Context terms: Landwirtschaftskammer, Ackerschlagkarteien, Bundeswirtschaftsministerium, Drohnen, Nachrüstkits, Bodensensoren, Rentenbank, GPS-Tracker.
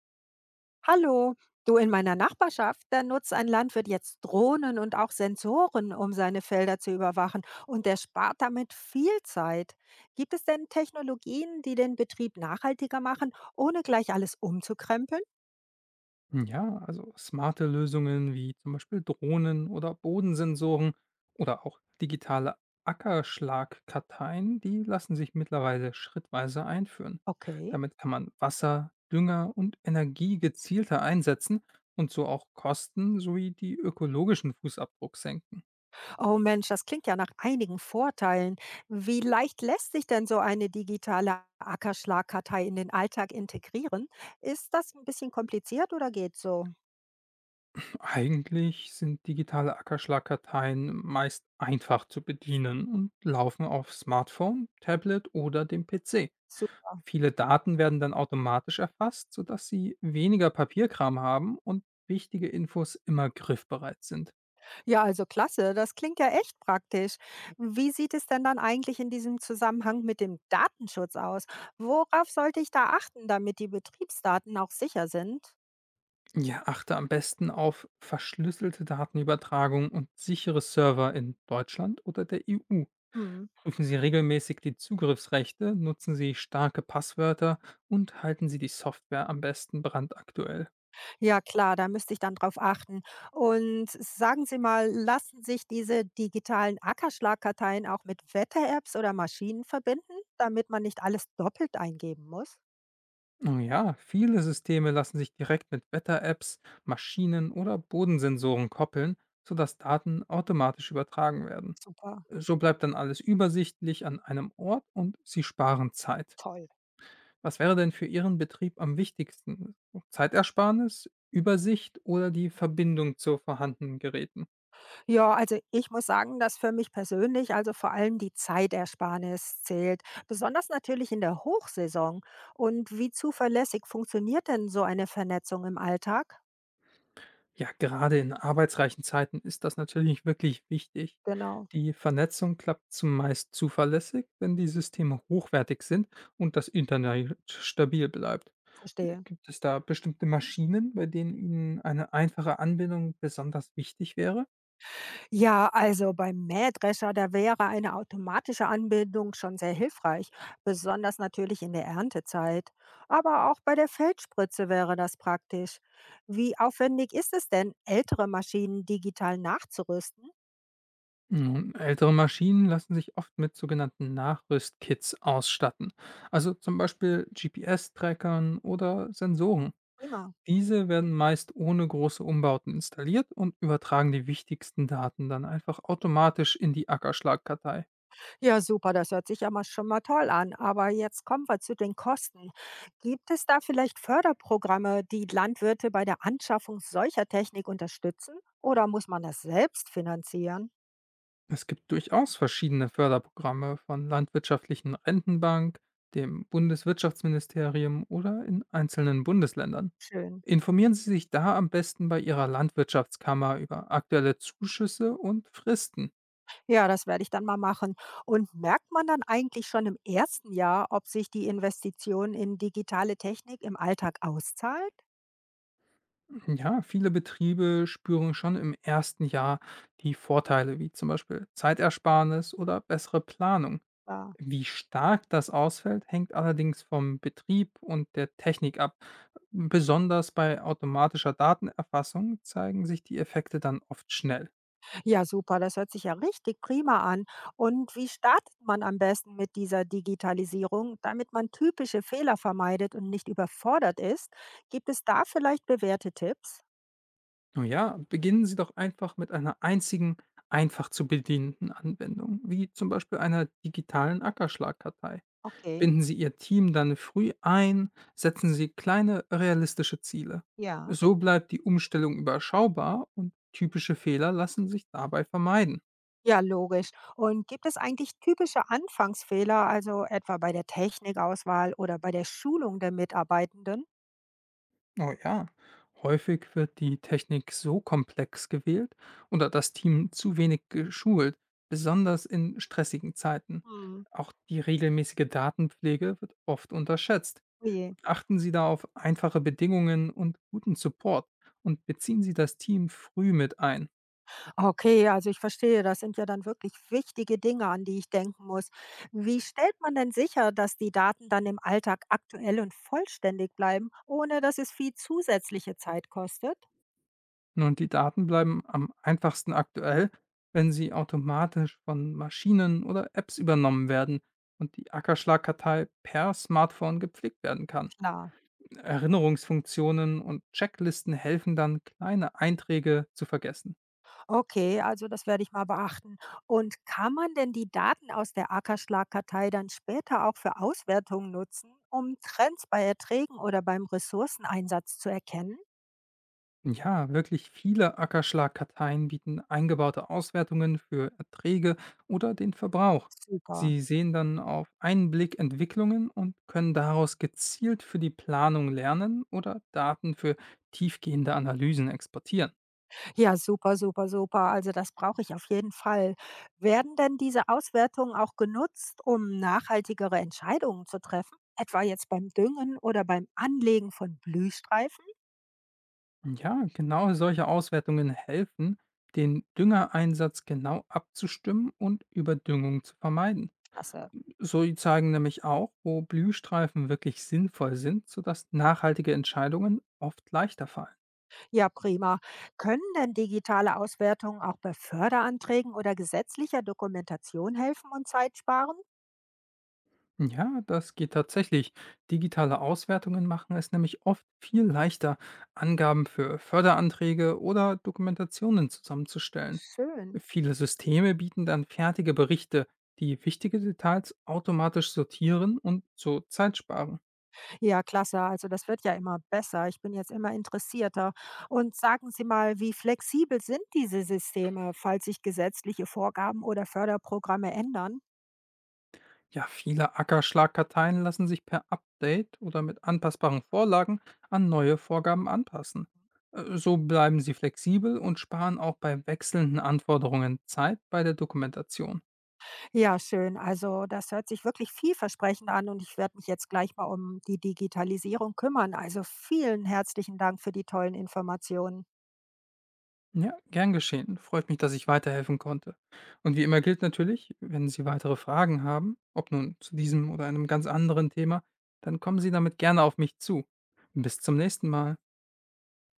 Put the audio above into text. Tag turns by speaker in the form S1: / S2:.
S1: Hallo, du in meiner Nachbarschaft, da nutzt ein Landwirt jetzt Drohnen und auch Sensoren, um seine Felder zu überwachen und der spart damit viel Zeit. Gibt es denn Technologien, die den Betrieb nachhaltiger machen, ohne gleich alles umzukrempeln?
S2: Ja, also smarte Lösungen wie zum Beispiel Drohnen oder Bodensensoren oder auch digitale Ackerschlagkarteien, die lassen sich mittlerweile schrittweise einführen.
S1: Okay.
S2: Damit kann man Wasser, Dünger und Energie gezielter einsetzen und so auch Kosten sowie die ökologischen Fußabdruck senken.
S1: Oh Mensch, das klingt ja nach einigen Vorteilen. Wie leicht lässt sich denn so eine digitale Ackerschlagkartei in den Alltag integrieren? Ist das ein bisschen kompliziert oder geht so?
S2: Eigentlich sind digitale Ackerschlagkarteien meist einfach zu bedienen und laufen auf Smartphone, Tablet oder dem PC. Viele Daten werden dann automatisch erfasst, sodass Sie weniger Papierkram haben und wichtige Infos immer griffbereit sind.
S1: Ja, also klasse, das klingt ja echt praktisch. Wie sieht es denn dann eigentlich in diesem Zusammenhang mit dem Datenschutz aus? Worauf sollte ich da achten, damit die Betriebsdaten auch sicher sind?
S2: Ja, achte am besten auf verschlüsselte Datenübertragung und sichere Server in Deutschland oder der EU.
S1: Hm.
S2: Prüfen Sie regelmäßig die Zugriffsrechte, nutzen Sie starke Passwörter und halten Sie die Software am besten brandaktuell.
S1: Ja, klar, da müsste ich dann drauf achten. Und sagen Sie mal, lassen sich diese digitalen Ackerschlagkarteien auch mit Wetter-Apps oder Maschinen verbinden, damit man nicht alles doppelt eingeben muss?
S2: Oh ja, viele Systeme lassen sich direkt mit Wetter-Apps, Maschinen oder Bodensensoren koppeln, sodass Daten automatisch übertragen werden.
S1: Super.
S2: So bleibt dann alles übersichtlich an einem Ort und Sie sparen Zeit.
S1: Toll.
S2: Was wäre denn für Ihren Betrieb am wichtigsten? Zeitersparnis, Übersicht oder die Verbindung zu vorhandenen Geräten?
S1: Ja, also ich muss sagen, dass für mich persönlich also vor allem die Zeitersparnis zählt, besonders natürlich in der Hochsaison. Und wie zuverlässig funktioniert denn so eine Vernetzung im Alltag?
S2: Ja, gerade in arbeitsreichen Zeiten ist das natürlich wirklich wichtig.
S1: Genau,
S2: Die Vernetzung klappt zumeist zuverlässig, wenn die Systeme hochwertig sind und das Internet stabil bleibt.
S1: verstehe.
S2: Gibt es da bestimmte Maschinen, bei denen Ihnen eine einfache Anbindung besonders wichtig wäre?
S1: Ja, also beim Mähdrescher, da wäre eine automatische Anbindung schon sehr hilfreich, besonders natürlich in der Erntezeit. Aber auch bei der Feldspritze wäre das praktisch. Wie aufwendig ist es denn, ältere Maschinen digital nachzurüsten?
S2: Nun, ältere Maschinen lassen sich oft mit sogenannten Nachrüstkits ausstatten, also zum Beispiel GPS-Trackern oder Sensoren.
S1: Prima.
S2: Diese werden meist ohne große Umbauten installiert und übertragen die wichtigsten Daten dann einfach automatisch in die Ackerschlagkartei.
S1: Ja, super, das hört sich ja mal schon mal toll an. Aber jetzt kommen wir zu den Kosten. Gibt es da vielleicht Förderprogramme, die Landwirte bei der Anschaffung solcher Technik unterstützen? Oder muss man das selbst finanzieren?
S2: Es gibt durchaus verschiedene Förderprogramme von landwirtschaftlichen Rentenbank, dem Bundeswirtschaftsministerium oder in einzelnen Bundesländern.
S1: Schön.
S2: Informieren Sie sich da am besten bei Ihrer Landwirtschaftskammer über aktuelle Zuschüsse und Fristen.
S1: Ja, das werde ich dann mal machen. Und merkt man dann eigentlich schon im ersten Jahr, ob sich die Investition in digitale Technik im Alltag auszahlt?
S2: Ja, viele Betriebe spüren schon im ersten Jahr die Vorteile, wie zum Beispiel Zeitersparnis oder bessere Planung.
S1: Ja.
S2: Wie stark das ausfällt, hängt allerdings vom Betrieb und der Technik ab. Besonders bei automatischer Datenerfassung zeigen sich die Effekte dann oft schnell.
S1: Ja, super, das hört sich ja richtig prima an. Und wie startet man am besten mit dieser Digitalisierung, damit man typische Fehler vermeidet und nicht überfordert ist? Gibt es da vielleicht bewährte Tipps?
S2: Nun ja, beginnen Sie doch einfach mit einer einzigen, einfach zu bedienenden Anwendung, wie zum Beispiel einer digitalen Ackerschlagkartei.
S1: Okay,
S2: Binden Sie Ihr Team dann früh ein, setzen Sie kleine, realistische Ziele.
S1: ja.
S2: So bleibt die Umstellung überschaubar und typische Fehler lassen sich dabei vermeiden.
S1: Ja, logisch. Und gibt es eigentlich typische Anfangsfehler, also etwa bei der Technikauswahl oder bei der Schulung der Mitarbeitenden?
S2: Oh ja, häufig wird die Technik so komplex gewählt oder das Team zu wenig geschult, besonders in stressigen Zeiten.
S1: Hm.
S2: Auch die regelmäßige Datenpflege wird oft unterschätzt.
S1: Oh je.
S2: Achten Sie da auf einfache Bedingungen und guten Support und beziehen Sie das Team früh mit ein.
S1: Okay, also ich verstehe, das sind ja dann wirklich wichtige Dinge, an die ich denken muss. Wie stellt man denn sicher, dass die Daten dann im Alltag aktuell und vollständig bleiben, ohne dass es viel zusätzliche Zeit kostet?
S2: Nun, die Daten bleiben am einfachsten aktuell, wenn sie automatisch von Maschinen oder Apps übernommen werden und die Ackerschlagkartei per Smartphone gepflegt werden kann.
S1: Klar.
S2: Erinnerungsfunktionen und Checklisten helfen dann, kleine Einträge zu vergessen.
S1: Okay, also das werde ich mal beachten. Und kann man denn die Daten aus der Ackerschlagkartei dann später auch für Auswertungen nutzen, um Trends bei Erträgen oder beim Ressourceneinsatz zu erkennen?
S2: Ja, wirklich viele Ackerschlagkarteien bieten eingebaute Auswertungen für Erträge oder den Verbrauch.
S1: Super.
S2: Sie sehen dann auf einen Blick Entwicklungen und können daraus gezielt für die Planung lernen oder Daten für tiefgehende Analysen exportieren.
S1: Ja, super, super, super. Also das brauche ich auf jeden Fall. Werden denn diese Auswertungen auch genutzt, um nachhaltigere Entscheidungen zu treffen? Etwa jetzt beim Düngen oder beim Anlegen von Blühstreifen?
S2: Ja, genau solche Auswertungen helfen, den Düngereinsatz genau abzustimmen und Überdüngung zu vermeiden.
S1: Klasse.
S2: So zeigen nämlich auch, wo Blühstreifen wirklich sinnvoll sind, sodass nachhaltige Entscheidungen oft leichter fallen.
S1: Ja, prima. Können denn digitale Auswertungen auch bei Förderanträgen oder gesetzlicher Dokumentation helfen und Zeit sparen?
S2: Ja, das geht tatsächlich. Digitale Auswertungen machen es nämlich oft viel leichter, Angaben für Förderanträge oder Dokumentationen zusammenzustellen.
S1: Schön.
S2: Viele Systeme bieten dann fertige Berichte, die wichtige Details automatisch sortieren und so Zeit sparen.
S1: Ja, klasse. Also das wird ja immer besser. Ich bin jetzt immer interessierter. Und sagen Sie mal, wie flexibel sind diese Systeme, falls sich gesetzliche Vorgaben oder Förderprogramme ändern?
S2: Ja, viele Ackerschlagkarteien lassen sich per Update oder mit anpassbaren Vorlagen an neue Vorgaben anpassen. So bleiben sie flexibel und sparen auch bei wechselnden Anforderungen Zeit bei der Dokumentation.
S1: Ja, schön. Also das hört sich wirklich vielversprechend an und ich werde mich jetzt gleich mal um die Digitalisierung kümmern. Also vielen herzlichen Dank für die tollen Informationen.
S2: Ja, gern geschehen. Freut mich, dass ich weiterhelfen konnte. Und wie immer gilt natürlich, wenn Sie weitere Fragen haben, ob nun zu diesem oder einem ganz anderen Thema, dann kommen Sie damit gerne auf mich zu. Bis zum nächsten Mal.